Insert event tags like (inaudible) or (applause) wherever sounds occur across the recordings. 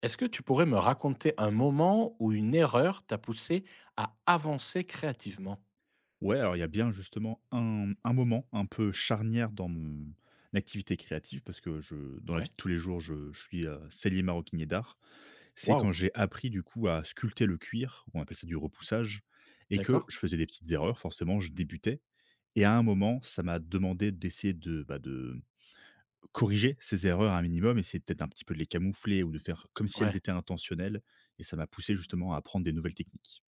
Est-ce que tu pourrais me raconter un moment où une erreur t'a poussé à avancer créativement? Ouais, alors il y a bien justement un moment un peu charnière dans mon activité créative parce que je dans la vie Ouais? de tous les jours, je suis, sellier maroquinier d'art. C'est Waouh! quand j'ai appris du coup à sculpter le cuir, on appelle ça du repoussage et que D'accord. je faisais des petites erreurs, forcément, je débutais et à un moment, ça m'a demandé d'essayer de, bah, de corriger ces erreurs à un minimum, essayer peut-être un petit peu de les camoufler ou de faire comme si elles Ouais, étaient intentionnelles et ça m'a poussé justement à apprendre des nouvelles techniques.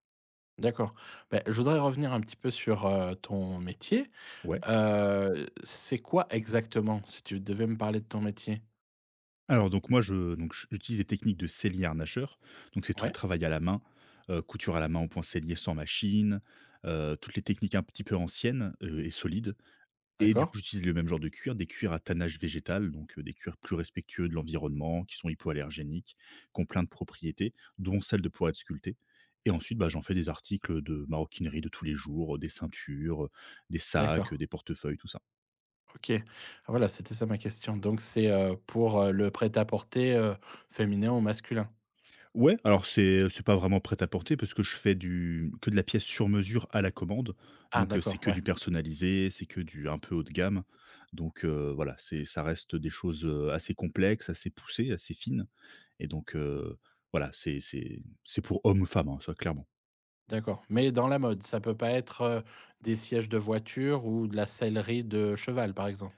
d'accord. Ben, je voudrais revenir un petit peu sur, ton métier. Ouais. C'est quoi exactement, si tu devais me parler de ton métier? Alors donc moi je j'utilise des techniques de sellier-harnacheur. Donc c'est tout le Ouais? travail à la main, couture à la main au point sellier sans machine, toutes les techniques un petit peu anciennes, et solides et du D'accord, coup j'utilise le même genre de cuir, des cuirs à tannage végétal, donc des cuirs plus respectueux de l'environnement, qui sont hypoallergéniques, qui ont plein de propriétés, dont celle de pouvoir être sculpté et ensuite, bah, j'en fais des articles de maroquinerie de tous les jours, des ceintures, des d'accord. sacs, des portefeuilles, tout ça. OK. Ah, voilà, c'était ça ma question. Donc c'est, pour, le prêt-à-porter, féminin ou masculin? Ouais, alors c'est pas vraiment prêt-à-porter parce que je fais du que de la pièce sur mesure à la commande. Ah Donc, c'est d'accord, que ouais. du personnalisé, c'est que du un peu haut de gamme. Donc, voilà, c'est ça reste des choses, assez complexes, assez poussées, assez fines et donc, voilà, c'est pour hommes ou femmes, hein, ça clairement. D'accord, mais dans la mode, ça peut pas être, des sièges de voiture ou de la sellerie de cheval, par exemple?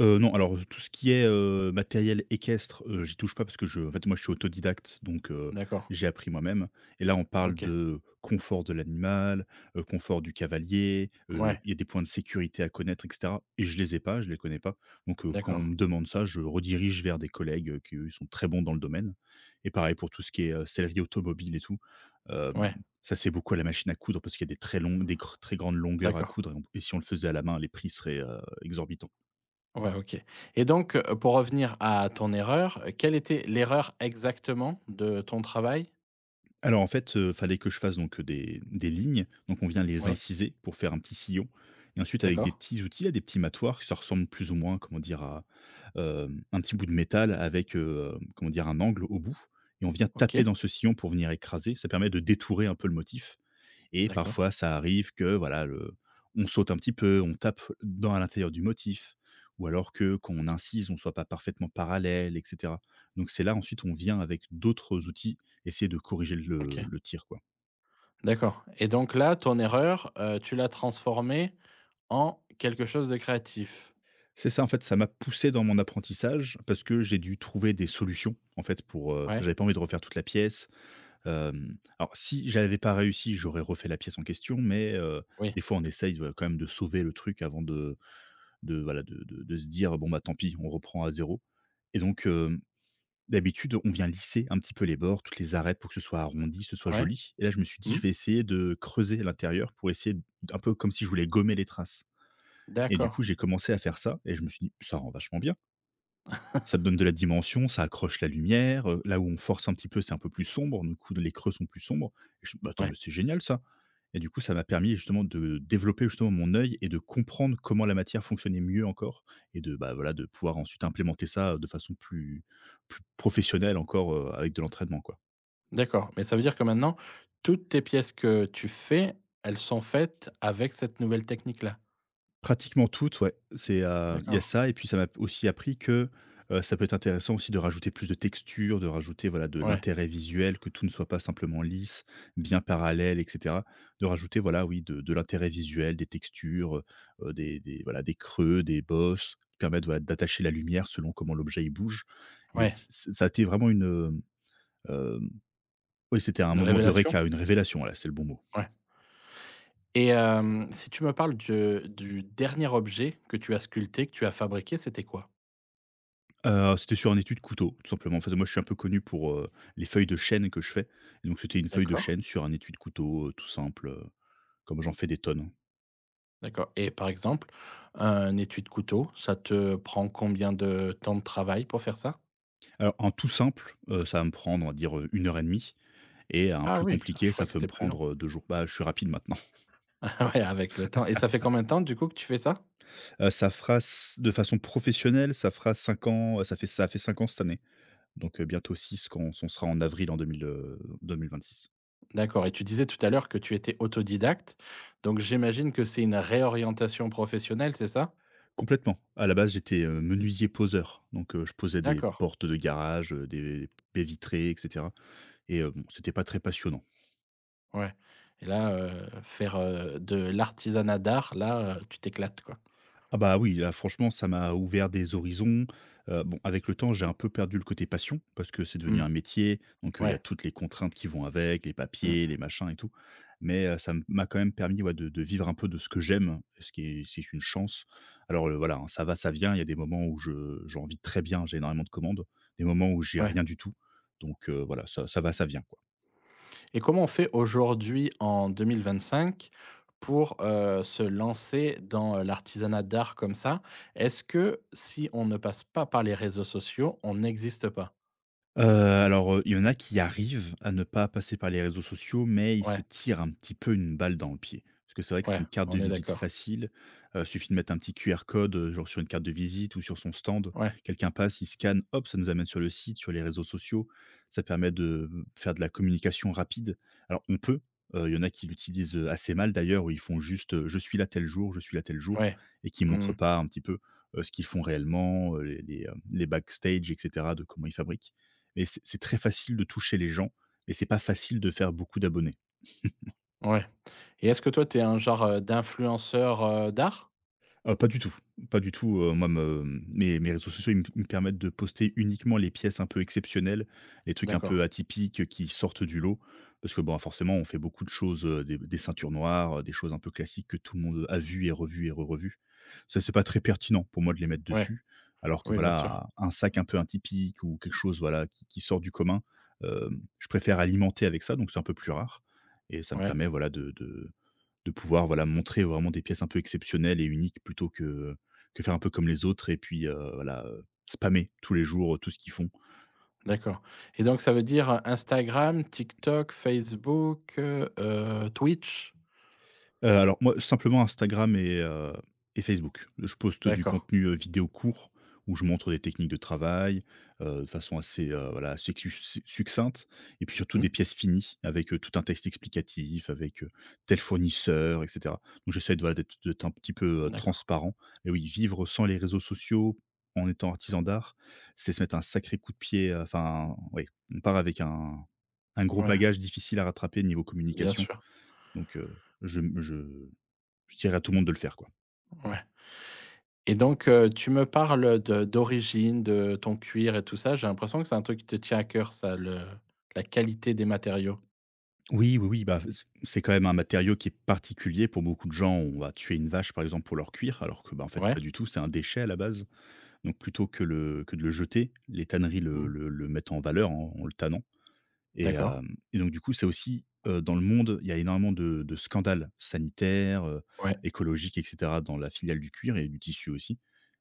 Non, alors, tout ce qui est, matériel équestre, j'y touche pas parce que je en fait, moi, je suis autodidacte, donc D'accord, j'ai appris moi-même et là, on parle OK. de confort de l'animal, confort du cavalier, Ouais, il y a des points de sécurité à connaître et cetera et je les ai pas, je les connais pas, donc quand on d'accord, me demande ça, je redirige vers des collègues, qui, eux, sont très bons dans le domaine et pareil pour tout ce qui est, sellerie automobile et tout, hem, ouais, ça, c'est beaucoup à la machine à coudre parce qu'il y a des très longues des gr très grandes longueurs à d'accord, coudre et on et si on le faisait à la main, les prix seraient, exorbitants. ouais, OK et donc, pour revenir à ton erreur, quelle était l'erreur exactement de ton travail? Alors en fait, fallait que je fasse donc des lignes, donc on vient les Oui, inciser pour faire un petit sillon et ensuite avec d'accord, des petits outils, là, des petits matoirs, qui ça ressemble plus ou moins, comment dire, à, un petit bout de métal avec, comment dire, un angle au bout et on vient taper OK, dans ce sillon pour venir écraser. Ça permet de détourer un peu le motif. Et d'accord, parfois, ça arrive que voilà, le on saute un petit peu, on tape dans à l'intérieur du motif ou alors que quand on incise, on soit pas parfaitement parallèle et cetera. Donc c'est là ensuite, on vient avec d'autres outils, essayer de corriger le OK, le tir, quoi. d'accord et donc là, ton erreur, tu l'as transformée en quelque chose de créatif? C'est ça en fait, ça m'a poussé dans mon apprentissage parce que j'ai dû trouver des solutions en fait pour, Ouais, j'avais pas envie de refaire toute la pièce. Alors si j'avais pas réussi, j'aurais refait la pièce en question mais, oui, des fois on essaye, quand même de sauver le truc avant de voilà, de se dire: «Bon, bah, tant pis, on reprend à zéro et donc d'habitude, on vient lisser un petit peu les bords, toutes les arêtes pour que ce soit arrondi, ce soit ouais, joli et là, je me suis dit: mmh, «Je vais essayer de creuser à l'intérieur pour essayer d un peu comme si je voulais gommer les traces» et du coup, d'accord. j'ai commencé à faire ça et je me suis dit: «Ça rend vachement bien» Ça te (laughs) donne de la dimension, ça accroche la lumière, là où on force un petit peu, c'est un peu plus sombre, du coup les creux sont plus sombres et je me dis: «Bah, attends, Ouais. mais c'est génial ça» et du coup ça m'a permis justement de développer justement mon œil et de comprendre comment la matière fonctionnait mieux encore et de, bah, voilà, de pouvoir ensuite implémenter ça de façon plus professionnelle encore, avec de l'entraînement, quoi. D'accord, mais ça veut dire que maintenant, toutes tes pièces que tu fais, elles sont faites avec cette nouvelle technique-là? Pratiquement toutes, ouais. C'est, il y a D'accord, ça et puis ça m'a aussi appris que, ça peut être intéressant aussi de rajouter plus de texture, de rajouter, voilà, de ouais, l'intérêt visuel, que tout ne soit pas simplement lisse, bien parallèle et cetera. De rajouter, voilà, oui, de l'intérêt visuel, des textures, des voilà, des creux, des bosses qui permettent, voilà, d'attacher la lumière selon comment l'objet, il bouge et ouais, c ça a été vraiment une, oui, c'était un une moment de révélation? d'eureka, une révélation, là, c'est le bon mot. Ouais et si tu me parles de du dernier objet que tu as sculpté, que tu as fabriqué, c'était quoi? C'était sur un étui de couteau, tout simplement. Enfin, moi, je suis un peu connu pour, les feuilles de chêne que je fais. Et donc, c'était une feuille de D'accord, chêne sur un étui de couteau, tout simple, comme j'en fais des tonnes. d'accord et par exemple, un étui de couteau, ça te prend combien de temps de travail pour faire ça? Alors, un tout simple, ça va me prendre, on va dire, 1 heure et demie et un Ah plus oui, ah je compliqué, crois ça que peut me c'était plus long. prendre, 2 (laughs) jours. Bah, je suis rapide maintenant. (laughs) Ah ouais, avec le temps et ça fait combien de temps, du coup, que tu fais ça? Ça fera s de façon professionnelle, ça fera 5 ans, ça a fait 5 ans cette année. Donc, bientôt 6 quand on sera en avril en 2026. D'accord et tu disais tout à l'heure que tu étais autodidacte, donc j'imagine que c'est une réorientation professionnelle, c'est ça? Complètement. À la base, j'étais, menuisier poseur, donc je posais des D'accord, portes de garage, des baies vitrées et cetera et bon, c'était pas très passionnant. ouais et là, faire, de l'artisanat d'art, là, tu t'éclates, quoi. Ah bah oui, là franchement ça m'a ouvert des horizons. Bon avec le temps j'ai un peu perdu le côté passion, parce que c'est devenu Mmh, un métier, donc il y a ouais, toutes les contraintes qui vont avec, les papiers, mmh, les machins et tout. Mais ça m'a quand même permis, ouais, de vivre un peu de ce que j'aime, ce qui est c'est une chance. Alors, voilà, hein, ça va, ça vient, il y a des moments où je j'en vis très bien, j'ai énormément de commandes, des moments où j'ai ouais rien du tout. Donc voilà, ça va, ça vient, quoi. et comment on fait aujourd'hui en 2025 pour, se lancer dans, l'artisanat d'art comme ça? Est-ce que si on ne passe pas par les réseaux sociaux, on n'existe pas? Alors, il y en a qui arrivent à ne pas passer par les réseaux sociaux, mais ils se Ouais, tirent un petit peu une balle dans le pied. Parce que c'est vrai que c'est ouais, une carte de on est visite d'accord. facile, suffit de mettre un petit QR code, genre sur une carte de visite ou sur son stand. Ouais, Quelqu'un passe, il scanne, hop, ça nous amène sur le site, sur les réseaux sociaux. Ça permet de, faire de la communication rapide. Alors on peut, il y en a qui l'utilisent, assez mal d'ailleurs, où ils font juste: «Je suis là tel jour, je suis là tel jour» ouais. et qui Mmh. montrent pas un petit peu, ce qu'ils font réellement, les backstage et cetera de comment ils fabriquent mais c'est très facile de toucher les gens et c'est pas facile de faire beaucoup d'abonnés. Ouais et est-ce que toi, tu es un genre, d'influenceur, d'art? Pas du tout, pas du tout, moi me mes mes réseaux sociaux, ils me permettent de poster uniquement les pièces un peu exceptionnelles, les trucs un D'accord, peu atypiques qui sortent du lot. Parce que, bon, forcément, on fait beaucoup de choses, des ceintures noires, des choses un peu classiques que tout le monde a vues et revues et re-revues. Ça, c'est pas très pertinent pour moi de les mettre ouais, dessus. Alors que oui, bien sûr, voilà, un sac un peu atypique ou quelque chose, voilà, qui sort du commun, je préfère alimenter avec ça, donc c'est un peu plus rare et ça me ouais, permet, voilà, de pouvoir, voilà, montrer vraiment des pièces un peu exceptionnelles et uniques plutôt que faire un peu comme les autres et puis, voilà, spammer tous les jours, tout ce qu'ils font. d'accord et donc ça veut dire, Instagram, TikTok, Facebook, Twitch? Alors moi, simplement Instagram et Facebook. Je poste du D'accord, contenu, vidéo court où je montre des techniques de travail, de façon assez, voilà, assez succincte et puis surtout mmh, des pièces finies avec, tout un texte explicatif, avec, tel fournisseur et cetera. Donc j'essaie de, voilà, d'être un petit peu, d'accord, transparent et oui, vivre sans les réseaux sociaux en étant artisan d'art, c'est se mettre un sacré coup de pied, enfin, oui, on part avec un gros ouais, bagage difficile à rattraper niveau bien communication. sûr, Donc je je je dirais à tout le monde de le faire, quoi. ouais et donc tu me parles de d'origine, de ton cuir et tout ça, j'ai l'impression que c'est un truc qui te tient à cœur ça, le la qualité des matériaux? Oui, oui, oui, bah, c'est quand même un matériau qui est particulier pour beaucoup de gens. On va tuer une vache, par exemple, pour leur cuir, alors que, bah, en fait, pas Ouais, du tout. C'est un déchet à la base. Donc, plutôt que, que de le jeter, les tanneries le, mmh, le- le mettent en valeur en le tannant. Et d'accord, hem et donc du coup, c'est aussi, dans le monde, il y a énormément de scandales sanitaires, ouais, écologiques et cetera dans la filiale du cuir et du tissu aussi,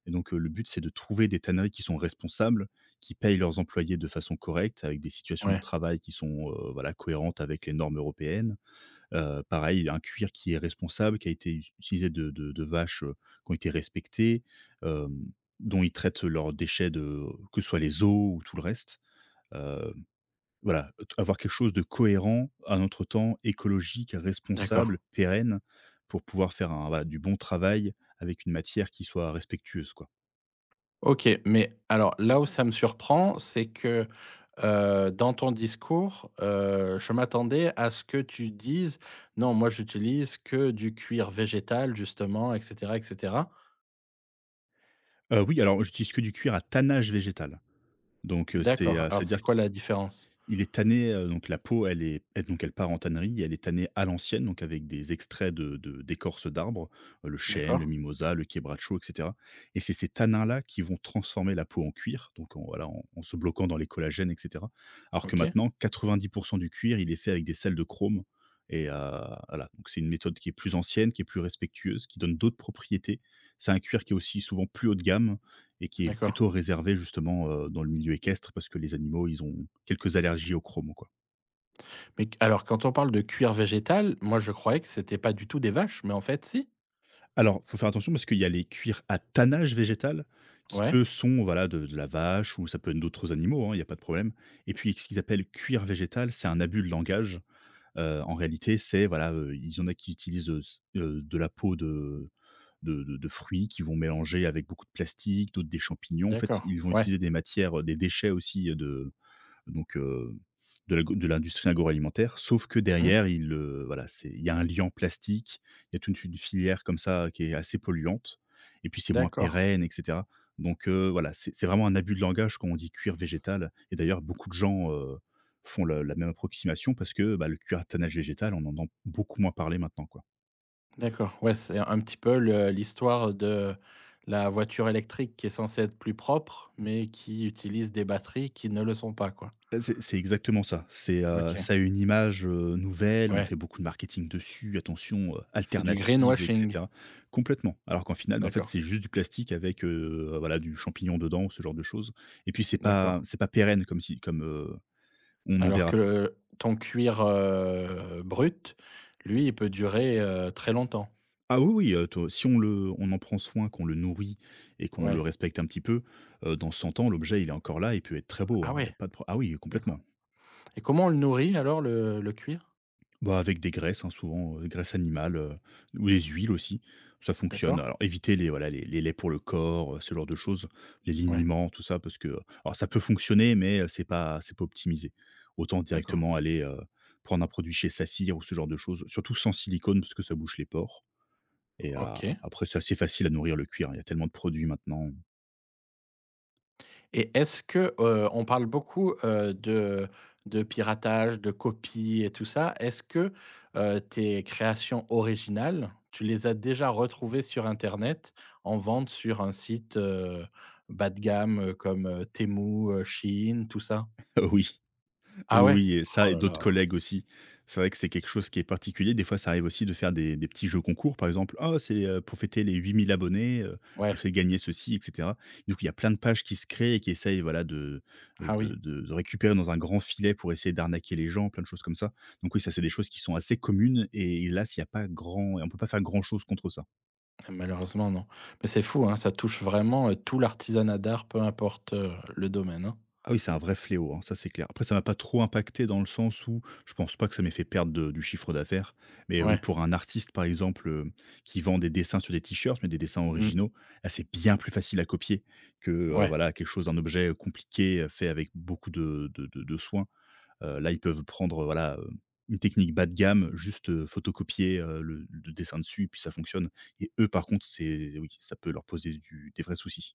et donc le but, c'est de trouver des tanneries qui sont responsables, qui payent leurs employés de façon correcte, avec des situations de ouais, travail qui sont, voilà, cohérentes avec les normes européennes. Pareil, un cuir qui est responsable, qui a été ut utilisé de vaches, qui ont été respectées, hem, dont ils traitent leurs déchets de que ce soit les eaux ou tout le reste, voilà, t avoir quelque chose de cohérent, à notre temps, écologique, d'accord. responsable, pérenne, pour pouvoir faire un voilà, du bon travail avec une matière qui soit respectueuse, quoi. OK, mais alors là où ça me surprend, c'est que, dans ton discours, je m'attendais à ce que tu dises: «Non, moi j'utilise que du cuir végétal justement et cetera et cetera». Oui, alors j'utilise que du cuir à tannage végétal. Donc, D'accord, alors c'est-à-dire. c'est quoi la différence? Il est tanné, donc la peau, elle part en tannerie, elle est tannée à l'ancienne, donc avec des extraits de d'écorce d'arbres, le chêne, D'accord, le mimosa, le quebracho, et cetera, et c'est ces tanins-là qui vont transformer la peau en cuir, donc en voilà, en se bloquant dans les collagènes et cetera. Alors que OK, maintenant 90 du cuir, il est fait avec des sels de chrome et voilà, donc c'est une méthode qui est plus ancienne, qui est plus respectueuse, qui donne d'autres propriétés. C'est un cuir qui est aussi souvent plus haut de gamme, et qui est d'accord. plutôt réservé justement, dans le milieu équestre parce que les animaux, ils ont quelques allergies au chrome, quoi. Mais q alors quand on parle de cuir végétal, moi je croyais que c'était pas du tout des vaches, mais en fait si? Alors, faut faire attention parce qu'il y a les cuirs à tannage végétal qui, Ouais, eux, sont, voilà, de la vache, ou ça peut être d'autres animaux, hein, il y a pas de problème, et puis ce qu'ils appellent cuir végétal, c'est un abus de langage. En réalité, voilà, il y en a qui utilisent, s de la peau de fruits qui vont mélanger avec beaucoup de plastique, d'autres des champignons. En fait, d'accord, ils vont ouais, utiliser des matières, des déchets aussi, de donc, de l'industrie agroalimentaire. Sauf que mmh, derrière, il voilà, c'est il y a un liant plastique, il y a toute une filière comme ça qui est assez polluante, et puis c'est moins d'accord. pérenne et cetera. Donc, voilà, c'est vraiment un abus de langage quand on dit cuir végétal, et d'ailleurs beaucoup de gens, font le la même approximation parce que, bah, le cuir à tannage végétal, on en entend beaucoup moins parler maintenant, quoi. D'accord, ouais, c'est un petit peu le l'histoire de la voiture électrique qui est censée être plus propre, mais qui utilise des batteries qui ne le sont pas, quoi. Bah, c'est exactement ça. OK, Ça a une image, nouvelle, on ouais, fait beaucoup de marketing dessus, attention, c'est du alternative et greenwashing. cetera. Complètement. Alors qu'en final, bah, en fait, D'accord, c'est juste du plastique avec, voilà, du champignon dedans ou ce genre de choses, et puis c'est d'accord. pas c'est pas pérenne comme si comme, on en Alors verra. que le ton cuir, brut, lui, il peut durer, très longtemps. Ah oui, oui, to si on en prend soin, qu'on le nourrit et qu'on le Ouais. respecte un petit peu, dans 100 ans, l'objet, il est encore là, il peut être très beau, Ah hein. Il y a ouais, pas de pro. Ah oui, d'accord complètement. et comment on le nourrit alors le cuir? Bah, avec des graisses, hein, souvent, graisse animale, ou des huiles aussi, ça fonctionne. D'accord? Alors évitez les voilà, les laits pour le corps, ce genre de choses, les Ouais, liniments, tout ça parce que, alors ça peut fonctionner mais, c'est pas optimisé. Autant d'accord, directement aller, prendre un produit chez Saphir ou ce genre de choses, surtout sans silicone parce que ça bouche les pores, et a OK. après c'est assez facile à nourrir le cuir, hein, il y a tellement de produits maintenant. (laughs) Et est-ce que, on parle beaucoup, de piratage, de copies et tout ça. Est-ce que, tes créations originales, tu les as déjà retrouvées sur internet en vente sur un site, bas de gamme, comme, Temu, Shein, tout ça? Ah, oui. Ah Oui, ouais? oui, et ça Oh et là d'autres là. collègues aussi. C'est vrai que c'est quelque chose qui est particulier. Des fois, ça arrive aussi de faire des petits jeux concours, par exemple: «Oh, pour fêter les 8 000 abonnés, je Ouais. fais gagner ceci» et cetera. Donc il y a plein de pages qui se créent et qui essayent, voilà, de, heu, Ah oui. de de de récupérer dans un grand filet pour essayer d'arnaquer les gens, plein de choses comme ça. Donc oui, ça, c'est des choses qui sont assez communes, et là, s'il n'y a pas grand, et on peut pas faire grand chose contre ça. Malheureusement, non. Mais c'est fou, hein, ça touche vraiment, tout l'artisanat d'art, peu importe, le domaine, hein. Ah oui, c'est un vrai fléau, hein, ça c'est clair. Après, ça m'a pas trop impacté dans le sens où je pense pas que ça m'ait fait perdre de du chiffre d'affaires. Mais oui, Ouais. pour un artiste par exemple, qui vend des dessins sur des t-shirts, mais des dessins Mmh. originaux, là c'est bien plus facile à copier que, Ouais. voilà, quelque chose un objet, compliqué, fait avec beaucoup de soin. Là ils peuvent prendre, voilà, une technique bas de gamme, juste, photocopier, le dessin dessus et puis ça fonctionne, et eux par contre c'est oui, ça peut leur poser du des vrais soucis.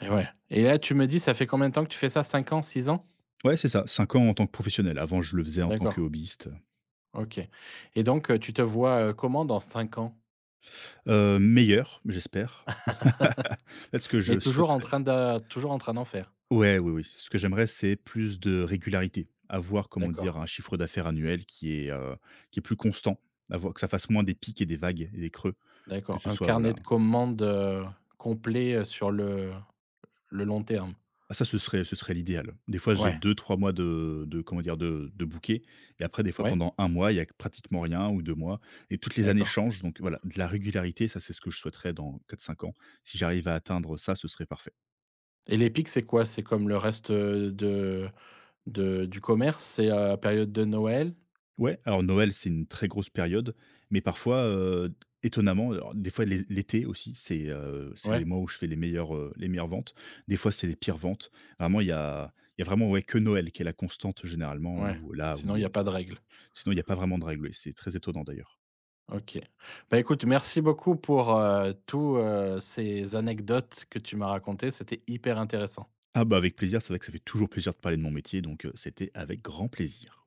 Et ouais et là, tu me dis, ça fait combien de temps que tu fais ça? 5 ans, 6 ans? Ouais, c'est ça. 5 ans en tant que professionnel. Avant, je le faisais en tant que D'accord, hobbyiste. OK et donc tu te vois, comment dans 5 ans? Meilleur, j'espère. (laughs) Là, ce que je Mais toujours en souhaiterais. train de toujours en train d'en faire? Ouais, oui, oui. Ce que j'aimerais, c'est plus de régularité. Avoir, comment D'accord, dire, un chiffre d'affaires annuel qui est plus constant. Avoir que ça fasse moins des pics et des vagues et des creux. Que d'accord. ce Un soit, carnet voilà. de commandes, complet, sur le long terme? Ah, ça, ce serait l'idéal. Des fois, j'ai Ouais, 2, 3 mois de comment dire? De bouquets, et après, des fois ouais, pendant un mois, il y a pratiquement rien, ou 2 mois, et toutes les années d'accord changent, donc voilà, de la régularité, ça, c'est ce que je souhaiterais dans 4, 5 ans. Si j'arrive à atteindre ça, ce serait parfait. et les c'est quoi? C'est comme le reste, de du commerce? C'est, période de Noël? Ouais, alors Noël, c'est une très grosse période, mais parfois, étonnamment, alors des fois l'été aussi, c'est les Ouais, mois où je fais les meilleures, les meilleures ventes. Des fois, c'est les pires ventes. Vraiment, il y a vraiment, ouais, que Noël qui est la constante généralement ouais, où là, sinon il oui. y a pas de règle. Sinon, il n'y a pas vraiment de règles. Et c'est très étonnant d'ailleurs. OK. Bah, écoute, merci beaucoup pour, tous, ces anecdotes que tu m'as racontées, c'était hyper intéressant. Ah bah, avec plaisir, c'est vrai que ça fait toujours plaisir de parler de mon métier, donc c'était avec grand plaisir.